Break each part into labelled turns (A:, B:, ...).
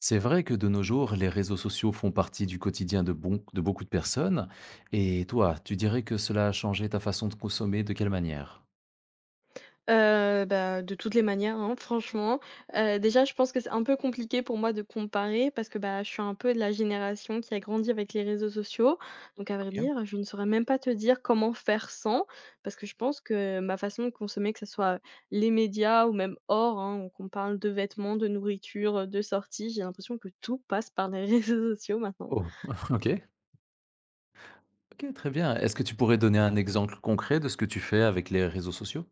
A: C'est vrai que de nos jours, les réseaux sociaux font partie du quotidien de, de beaucoup de personnes. Et toi, tu dirais que cela a changé ta façon de consommer de quelle manière?
B: De toutes les manières, hein, franchement. Déjà, je pense que c'est un peu compliqué pour moi de comparer parce que, bah, je suis un peu de la génération qui a grandi avec les réseaux sociaux. Donc à vrai
A: Ok.
B: dire, je ne saurais même pas te dire comment faire sans, parce que je pense que ma façon de consommer, que ce soit les médias ou même hors, hein, ou qu'on parle de vêtements, de nourriture, de sorties, j'ai l'impression que tout passe par les réseaux sociaux maintenant.
A: Oh, ok. Ok, très bien. Est-ce que tu pourrais donner un exemple concret de ce que tu fais avec les réseaux sociaux?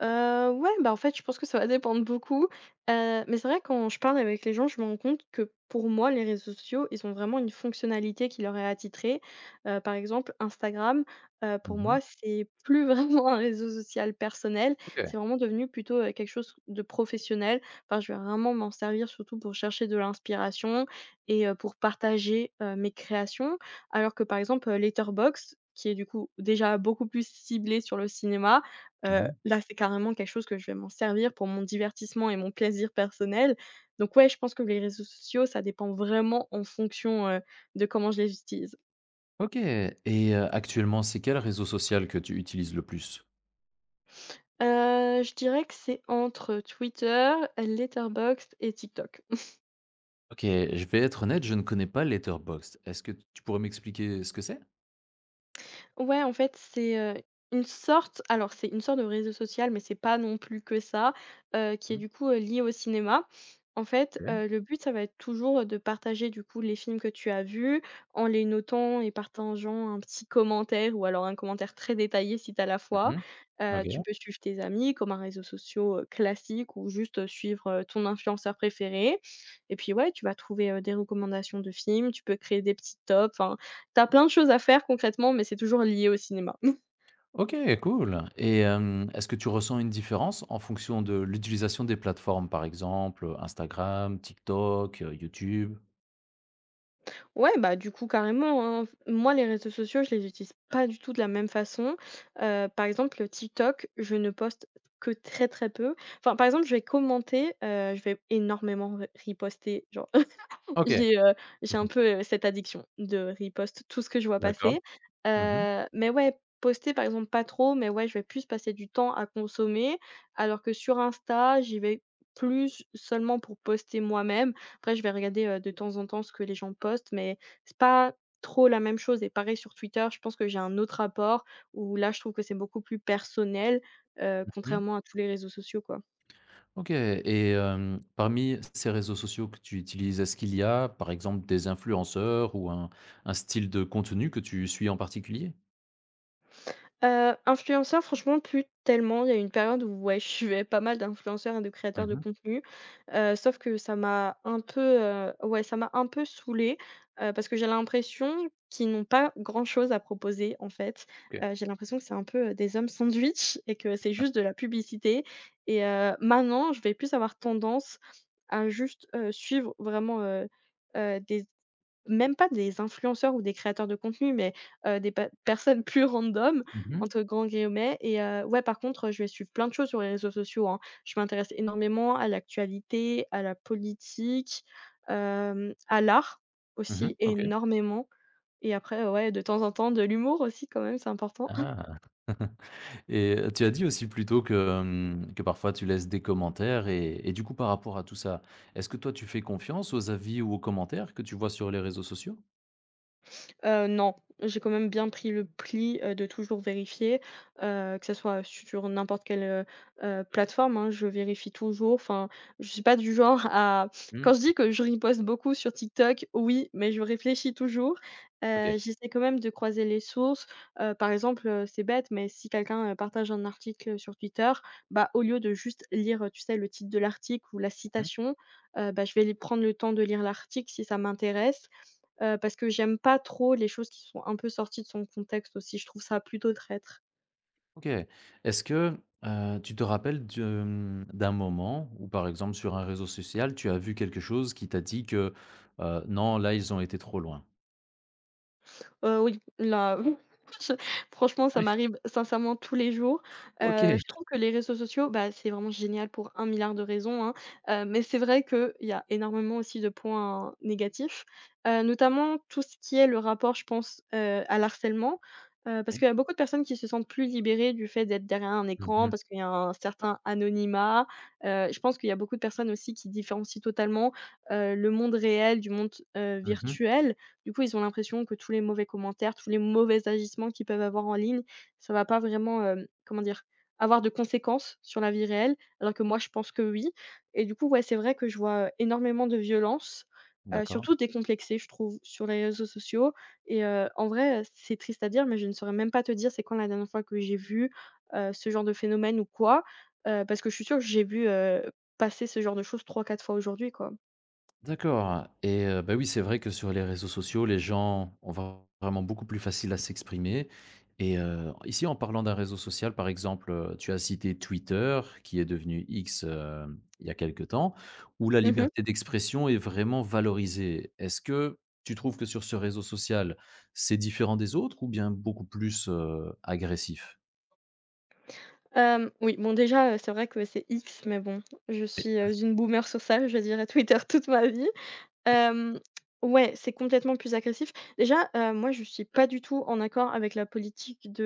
B: Ouais, bah, en fait, je pense que ça va dépendre beaucoup, mais c'est vrai quand je parle avec les gens, je me rends compte que pour moi, les réseaux sociaux, ils ont vraiment une fonctionnalité qui leur est attitrée. Par exemple, Instagram, pour
A: Mhm.
B: moi, c'est plus vraiment un réseau social personnel,
A: Ok.
B: c'est vraiment devenu plutôt, quelque chose de professionnel. Enfin, je vais vraiment m'en servir surtout pour chercher de l'inspiration et pour partager, mes créations. Alors que, par exemple, Letterboxd, qui est du coup déjà beaucoup plus ciblé sur le cinéma.
A: Mhm.
B: Là, c'est carrément quelque chose que je vais m'en servir pour mon divertissement et mon plaisir personnel. Donc ouais, je pense que les réseaux sociaux, ça dépend vraiment en fonction, de comment je les utilise.
A: Ok. Et actuellement, c'est quel réseau social que tu utilises le plus?
B: Je dirais que c'est entre Twitter, Letterboxd et TikTok.
A: Ok, je vais être honnête, je ne connais pas Letterboxd. Est-ce que tu pourrais m'expliquer ce que c'est?
B: Ouais, en fait, c'est, une sorte, alors c'est une sorte de réseau social, mais c'est pas non plus que ça, qui est
A: Mhm.
B: du coup, lié au cinéma. En fait,
A: Ok.
B: le but, ça va être toujours, de partager du coup les films que tu as vus, en les notant et partageant un petit commentaire ou alors un commentaire très détaillé si tu as la foi.
A: Mhm.
B: Tu
A: Ok.
B: peux suivre tes amis comme un réseau social classique ou juste, suivre, ton influenceur préféré et puis ouais, tu vas trouver, des recommandations de films, tu peux créer des petits tops, enfin t'as plein de choses à faire concrètement, mais c'est toujours lié au cinéma.
A: OK, cool, et est-ce que tu ressens une différence en fonction de l'utilisation des plateformes, par exemple, Instagram, TikTok, YouTube?
B: Ouais, bah, du coup, carrément, hein. Moi, les réseaux sociaux, je les utilise pas du tout de la même façon. Par exemple, TikTok, je ne poste que très, très peu. Enfin, par exemple, je vais commenter, je vais énormément re riposter, genre.
A: OK.
B: J'ai, heu, j'ai un
A: Mmh.
B: peu, cette addiction de repost tout ce que je vois
A: D'accord.
B: passer.
A: Mmh mh.
B: Mais ouais, poster par exemple pas trop, mais ouais, je vais plus passer du temps à consommer, alors que sur Insta, j'y vais plus seulement pour poster moi-même. Après je vais regarder, de temps en temps ce que les gens postent, mais c'est pas trop la même chose et pareil sur Twitter, je pense que j'ai un autre rapport où là, je trouve que c'est beaucoup plus personnel,
A: Mmh,
B: contrairement à tous les réseaux sociaux, quoi.
A: OK, et parmi ces réseaux sociaux que tu utilises, est-ce qu'il y a, par exemple, des influenceurs ou un style de contenu que tu suis en particulier?
B: Influenceur, franchement, plus tellement. Il y a eu une période où, ouais, je suivais pas mal d'influenceurs et de créateurs de
A: Mmh,
B: contenu, sauf que ça m'a un peu, ouais, ça m'a un peu saoulée, parce que j'ai l'impression qu'ils n'ont pas grand-chose à proposer, en fait.
A: OK.
B: J'ai l'impression que c'est un peu, des hommes sandwich et que c'est juste de la publicité et maintenant, je vais plus avoir tendance à juste, suivre vraiment, des, même pas des influenceurs ou des créateurs de contenu, mais des pe personnes plus «random»
A: Mmh mh.
B: entre grands guillemets et ouais, par contre, je vais suivre plein de choses sur les réseaux sociaux, hein. Je m'intéresse énormément à l'actualité, à la politique, à l'art
A: Mmh,
B: aussi
A: OK.
B: énormément et après, ouais, de temps en temps, de l'humour aussi quand même, c'est important.
A: Ah! Et tu as dit aussi plus tôt que, que parfois tu laisses des commentaires et du coup par rapport à tout ça, est-ce que toi tu fais confiance aux avis ou aux commentaires que tu vois sur les réseaux sociaux?
B: Non, j'ai quand même bien pris le pli, de toujours vérifier, que ça soit sur n'importe quelle, plateforme, hein, je vérifie toujours. Enfin, je suis pas du genre à,
A: Mmh,
B: quand je dis que je riposte beaucoup sur TikTok, oui, mais je réfléchis toujours.
A: OK.
B: J'essaie quand même de croiser les sources. Par exemple, c'est bête, mais si quelqu'un, partage un article sur Twitter, bah, au lieu de juste lire, tu sais, le titre de l'article ou la
A: Mmh,
B: citation, bah, je vais prendre le temps de lire l'article si ça m'intéresse. Parce que j'aime pas trop les choses qui sont un peu sorties de son contexte aussi, je trouve ça plutôt traître.
A: OK. Est-ce que, tu te rappelles de, d'un moment où par exemple sur un réseau social, tu as vu quelque chose qui t'a dit que: «Non, là ils ont été trop loin»?
B: Oui, là, je, franchement, ça
A: Ouais,
B: m'arrive sincèrement tous les jours.
A: OK.
B: Je trouve que les réseaux sociaux, bah, c'est vraiment génial pour un milliard de raisons, hein, mais c'est vrai qu'il y a énormément aussi de points, hein, négatifs, notamment tout ce qui est le rapport, je pense, à l'harcèlement, parce
A: Oui.
B: qu'il y a beaucoup de personnes qui se sentent plus libérées du fait d'être derrière un
A: Mmh
B: écran,
A: mh.
B: parce qu'il y a un certain anonymat, je pense qu'il y a beaucoup de personnes aussi qui différencient totalement, le monde réel du monde,
A: Mmh,
B: virtuel, du coup, ils ont l'impression que tous les mauvais commentaires, tous les mauvais agissements qu'ils peuvent avoir en ligne, ça va pas vraiment, comment dire? Avoir de conséquences sur la vie réelle, alors que moi je pense que oui et du coup, ouais, c'est vrai que je vois énormément de violence,
A: d'accord.
B: surtout décomplexées, je trouve, sur les réseaux sociaux et en vrai, c'est triste à dire, mais je ne saurais même pas te dire c'est quand la dernière fois que j'ai vu, ce genre de phénomène ou quoi, parce que je suis sûre que j'ai vu, passer ce genre de choses trois, quatre fois aujourd'hui, quoi.
A: D'accord, et bah, oui, c'est vrai que sur les réseaux sociaux, les gens ont vraiment beaucoup plus facile à s'exprimer et ici, en parlant d'un réseau social, par exemple, tu as cité Twitter qui est devenu X, il y a quelque temps, où la
B: Mmh.
A: liberté d'expression est vraiment valorisée. Est-ce que tu trouves que sur ce réseau social, c'est différent des autres ou bien beaucoup plus, agressif?
B: Oui, bon déjà, c'est vrai que c'est X, mais bon, je suis, une boomer sur ça, je dirais Twitter toute ma vie. Hem, ouais, c'est complètement plus agressif. Déjà, moi, je suis pas du tout en accord avec la politique de,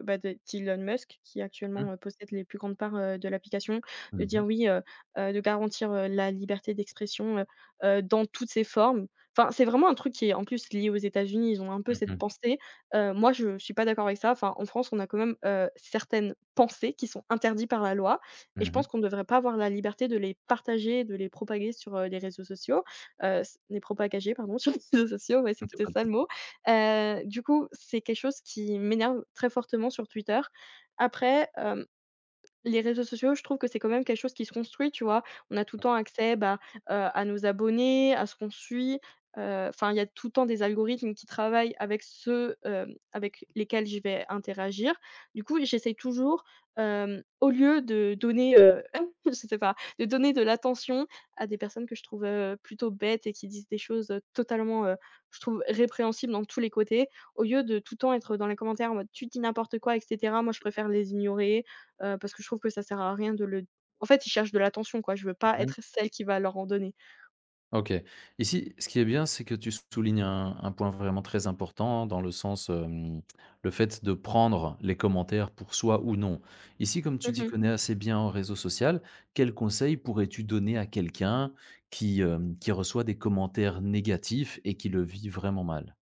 B: bah, de d'Elon Musk qui
A: Mmh mh.
B: actuellement, possède les plus grandes parts, de l'application,
A: Mmh
B: de
A: mh.
B: dire oui, de garantir, la liberté d'expression, dans toutes ses formes. Enfin, c'est vraiment un truc qui est en plus lié aux États-Unis, ils ont un peu
A: Mmh
B: cette
A: mh.
B: pensée. Moi, je suis pas d'accord avec ça. Enfin, en France, on a quand même, certaines pensées qui sont interdites par la loi et je pense qu'on ne devrait pas avoir la liberté de les partager, de les propager sur, les réseaux sociaux. Heu, c n'est propagagé, pardon, sur les réseaux sociaux, ouais, c'est plutôt ça le mot. Du coup, c'est quelque chose qui m'énerve très fortement sur Twitter. Après, hem les réseaux sociaux, je trouve que c'est quand même quelque chose qui se construit, tu vois? On a tout le temps accès, bah, à nos abonnés, à ce qu'on suit, enfin, il y a tout le temps des algorithmes qui travaillent avec ceux, avec lesquels je vais interagir. Du coup, j'essaie toujours, au lieu de donner, je sais pas, de donner de l'attention à des personnes que je trouve, plutôt bêtes et qui disent des choses, totalement, je trouve répréhensibles dans tous les côtés, au lieu de tout le temps être dans les commentaires en mode: «Tu dis n'importe quoi» et cetera, moi je préfère les ignorer. Parce que je trouve que ça sert à rien de le, en fait, ils cherchent de l'attention, quoi. Je veux pas
A: Mmh,
B: être celle qui va leur en donner.
A: OK. Ici, ce qui est bien, c'est que tu soulignes un point vraiment très important dans le sens, le fait de prendre les commentaires pour soi ou non. Ici, comme tu t'y
B: Mmh.
A: connais assez bien en réseau social, quel conseil pourrais-tu donner à quelqu'un qui, qui reçoit des commentaires négatifs et qui le vit vraiment mal?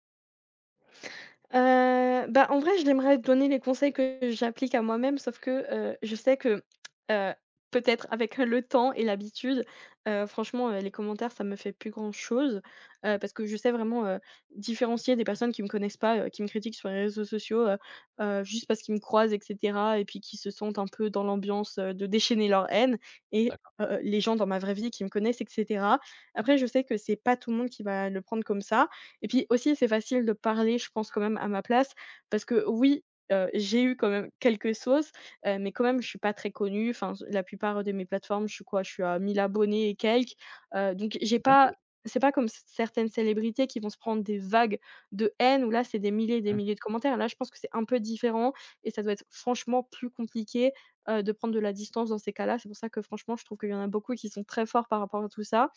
B: Bah, en vrai, je l'aimerais te donner les conseils que j'applique à moi-même, sauf que, je sais que, heu, peut-être avec le temps et l'habitude, franchement, les commentaires, ça me fait plus grand-chose, parce que je sais vraiment, différencier des personnes qui me connaissent pas, qui me critiquent sur les réseaux sociaux, juste parce qu'ils me croisent et cetera et puis qui se sentent un peu dans l'ambiance, de déchaîner leur haine et
A: D'accord,
B: les gens dans ma vraie vie qui me connaissent et cetera. Après, je sais que c'est pas tout le monde qui va le prendre comme ça et puis aussi, c'est facile de parler, je pense, quand même à ma place parce que oui, j'ai eu quand même quelques sauces, mais quand même, je suis pas très connue. Enfin, la plupart de mes plateformes, je suis quoi? Je suis à 1000 abonnés et quelques, donc j'ai
A: c'est bien.
B: pas, c'est pas comme c certaines célébrités qui vont se prendre des vagues de haine où là, c'est des milliers et des
A: Mmh mh.
B: milliers de commentaires. Là, je pense que c'est un peu différent et ça doit être franchement plus compliqué, de prendre de la distance dans ces cas-là. C'est pour ça que franchement, je trouve qu'il y en a beaucoup qui sont très forts par rapport à tout ça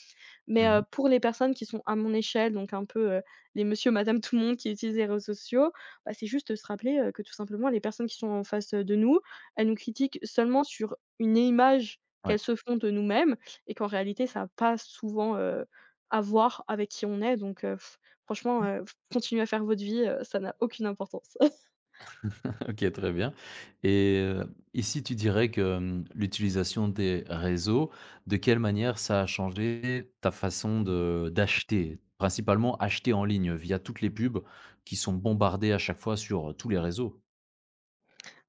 B: mais,
A: Mmh.
B: pour les personnes qui sont à mon échelle, donc un peu, les monsieur, madame, tout le monde qui utilisent les réseaux sociaux, bah, c'est juste, se rappeler, que tout simplement les personnes qui sont en face, de nous, elles nous critiquent seulement sur une image
A: Ouais.
B: qu'elles se font de nous-mêmes et qu'en réalité ça a pas souvent, à voir avec qui on est donc, franchement, continuez à faire votre vie, ça n'a aucune importance.
A: OK, très bien, et ici tu dirais que, l'utilisation des réseaux, de quelle manière ça a changé ta façon de d'acheter? Principalement acheter en ligne via toutes les pubs qui sont bombardées à chaque fois sur tous les réseaux?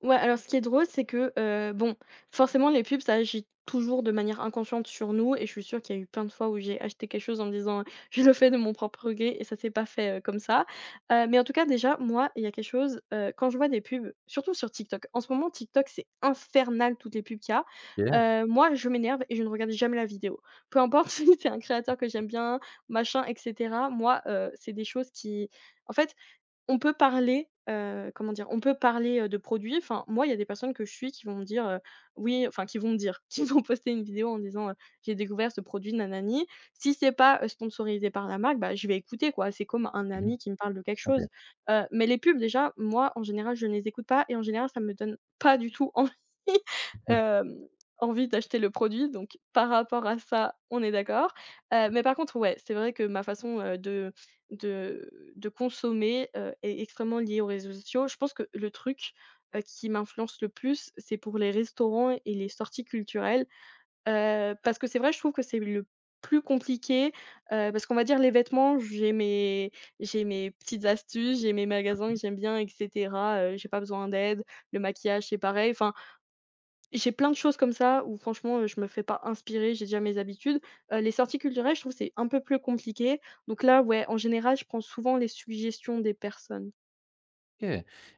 B: Ouais, alors ce qui est drôle, c'est que, bon, forcément les pubs, ça agit toujours de manière inconsciente sur nous et je suis sûre qu'il y a eu plein de fois où j'ai acheté quelque chose en me disant, «Je le fais de mon propre gré» et ça s'est pas fait, comme ça. Mais en tout cas déjà, moi, il y a quelque chose, quand je vois des pubs, surtout sur TikTok. En ce moment, TikTok, c'est infernal toutes les pubs qu'il y a.
A: Ouais.
B: Moi, je m'énerve et je ne regarde jamais la vidéo. Peu importe si c'est un créateur que j'aime bien, machin et cetera. Moi, c'est des choses qui en fait, on peut parler, comment dire? On peut parler, de produits. Enfin, moi, il y a des personnes que je suis qui vont me dire, oui enfin, qui vont me dire, qui vont poster une vidéo en disant, «J'ai découvert ce produit nanani. Si c'est pas, sponsorisé par la marque, bah, je vais écouter, quoi. C'est comme un
A: Mmh,
B: ami qui me parle de quelque
A: OK.
B: chose. Mais les pubs, déjà, moi, en général, je ne les écoute pas et en général, ça me donne pas du tout envie, hem, envie d'acheter le produit. Donc par rapport à ça, on est d'accord. Mais par contre, ouais, c'est vrai que ma façon, de de consommer, est extrêmement lié aux réseaux sociaux. Je pense que le truc, qui m'influence le plus, c'est pour les restaurants et les sorties culturelles, parce que c'est vrai, je trouve que c'est le plus compliqué, parce qu'on va dire les vêtements, j'ai mes petites astuces, j'ai mes magasins que j'aime bien et cetera, j'ai pas besoin d'aide. Le maquillage, c'est pareil. Enfin, j'ai plein de choses comme ça où franchement, je me fais pas inspirer, j'ai déjà mes habitudes. Les sorties culturelles, je trouve c'est un peu plus compliqué. Donc là, ouais, en général, je prends souvent les suggestions des personnes.
A: OK,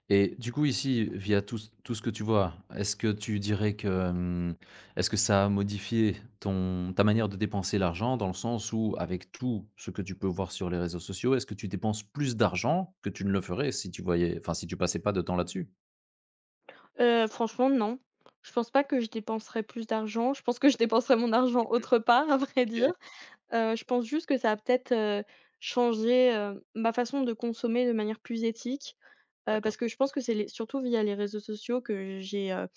A: et du coup ici, via tout ce que tu vois, est-ce que tu dirais que, est-ce que ça a modifié ton ta manière de dépenser l'argent? Dans le sens où, avec tout ce que tu peux voir sur les réseaux sociaux, est-ce que tu dépenses plus d'argent que tu ne le ferais si tu voyais, enfin si tu passais pas de temps là-dessus?
B: Franchement, non. Je pense pas que je dépenserais plus d'argent. Je pense que je dépenserais mon argent autre part, à vrai dire.
A: OK,
B: Je pense juste que ça a peut-être, changé, ma façon de consommer de manière plus éthique.
A: d'accord.
B: Parce que je pense que c'est les surtout via les réseaux sociaux que j'ai,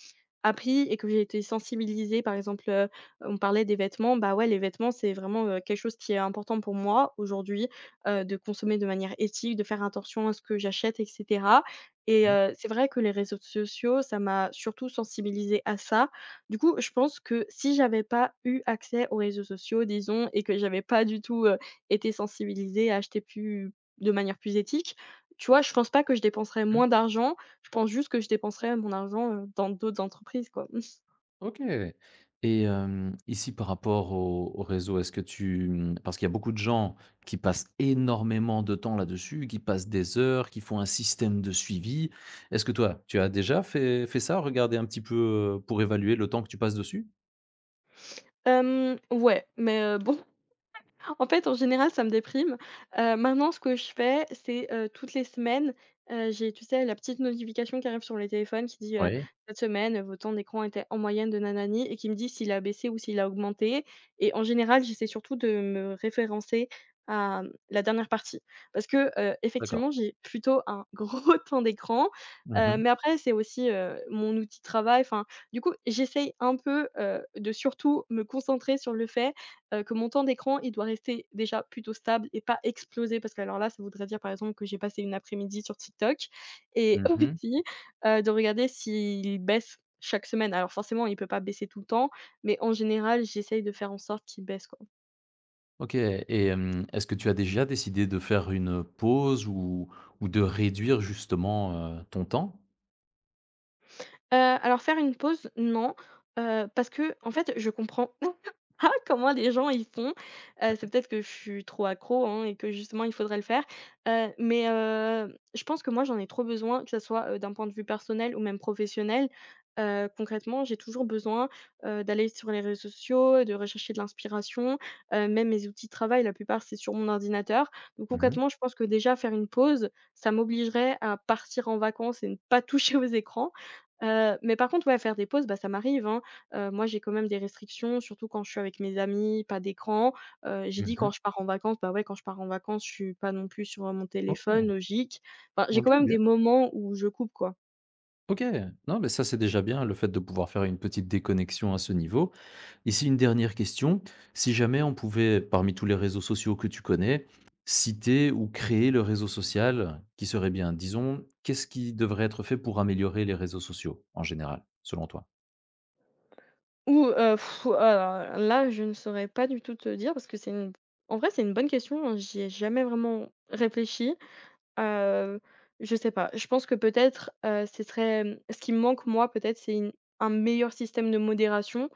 B: appris et que j'ai été sensibilisée. Par exemple, on parlait des vêtements, bah, ouais, les vêtements, c'est vraiment, quelque chose qui est important pour moi aujourd'hui, de consommer de manière éthique, de faire attention à ce que j'achète et cetera et
A: Mmh.
B: c'est vrai que les réseaux sociaux, ça m'a surtout sensibilisée à ça. Du coup, je pense que si j'avais pas eu accès aux réseaux sociaux, disons et que j'avais pas du tout, été sensibilisée à acheter plus de manière plus éthique, tu vois, je pense pas que je dépenserais
A: Mmh.
B: moins d'argent je pense juste que je dépenserais mon argent, dans d'autres entreprises, quoi.
A: OK, ouais. Et ici par rapport au réseau, est-ce que tu, parce qu'il y a beaucoup de gens qui passent énormément de temps là-dessus, qui passent des heures, qui font un système de suivi. Est-ce que toi, tu as déjà fait ça? Regarder un petit peu, pour évaluer le temps que tu passes dessus?
B: Ouais, mais bon en fait, en général, ça me déprime. Maintenant, ce que je fais, c'est, toutes les semaines, j'ai, tu sais, la petite notification qui arrive sur le téléphone qui dit,
A: Oui,
B: «Cette semaine, votre temps d'écran était en moyenne de nanani» et qui me dit s'il a baissé ou s'il a augmenté et en général, j'essaie surtout de me référencer à, mmh, la dernière partie. Parce que,
A: d'accord.
B: effectivement, j'ai plutôt un gros temps d'écran,
A: Mmh mh.
B: mais après c'est aussi, mon outil de travail, enfin, du coup, j'essaye un peu, de surtout me concentrer sur le fait que mon temps d'écran, il doit rester déjà plutôt stable et pas exploser parce que alors là, ça voudrait dire, par exemple, que j'ai passé une après-midi sur TikTok et
A: Mmh,
B: aussi, de regarder s'il baisse chaque semaine. Alors forcément, il peut pas baisser tout le temps, mais en général, j'essaye de faire en sorte qu'il baisse, quoi.
A: OK, et est-ce que tu as déjà décidé de faire une pause ou de réduire justement, ton temps?
B: Alors faire une pause, non, parce que, en fait, je comprends pas comment les gens ils font.
A: Mmh mh.
B: C'est peut-être que je suis trop accro, hein, et que justement il faudrait le faire. Mais, je pense que moi j'en ai trop besoin, que ça soit, d'un point de vue personnel ou même professionnel. Concrètement, j'ai toujours besoin, d'aller sur les réseaux sociaux, de rechercher de l'inspiration. Même mes outils de travail, la plupart, c'est sur mon ordinateur. Donc
A: Mmh.
B: concrètement, je pense que déjà faire une pause, ça m'obligerait à partir en vacances et ne pas toucher aux écrans. Mais par contre, ouais, faire des pauses, bah, ça m'arrive, hein. Moi, j'ai quand même des restrictions, surtout quand je suis avec mes amis, pas d'écran. J'ai dit
A: Mmh.
B: quand je pars en vacances, bah, ouais, quand je pars en vacances, je suis pas non plus sur, mon
A: OK,
B: téléphone, logique. Enfin, j'ai quand
A: OK,
B: même des
A: bien.
B: moments où je coupe, quoi.
A: OK. Non, mais ça, c'est déjà bien, le fait de pouvoir faire une petite déconnexion à ce niveau. Ici, une dernière question. Si jamais on pouvait, parmi tous les réseaux sociaux que tu connais, citer ou créer le réseau social qui serait bien, disons, qu'est-ce qui devrait être fait pour améliorer les réseaux sociaux en général, selon toi?
B: Ou, alors là, je ne saurais pas du tout te dire parce que c'est une en vrai, c'est une bonne question, hein. J'y ai jamais vraiment réfléchi. Heu, je sais pas, je pense que peut-être, ce serait, ce qui me manque moi, peut-être, c'est une un meilleur système de modération.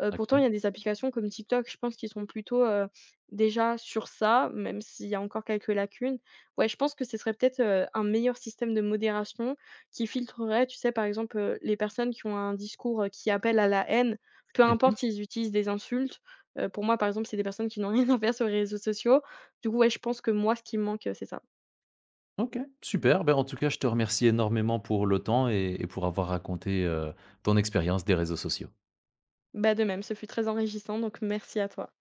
B: Pourtant, il
A: D'accord.
B: y a des applications comme TikTok, je pense qu'ils sont plutôt, déjà sur ça, même s'il y a encore quelques lacunes. Ouais, je pense que ce serait peut-être, un meilleur système de modération qui filtrerait, tu sais, par exemple, les personnes qui ont un discours, qui appelle à la haine, peu
A: Mmh,
B: importe s'ils utilisent des insultes. Pour moi, par exemple, c'est des personnes qui n'ont rien à faire sur les réseaux sociaux. Du coup, ouais, je pense que moi, ce qui me manque, c'est ça.
A: OK, super. Ben, en tout cas, je te remercie énormément pour le temps et pour avoir raconté, ton expérience des réseaux sociaux.
B: Bah, de même, ce fut très enrichissant, donc merci à toi.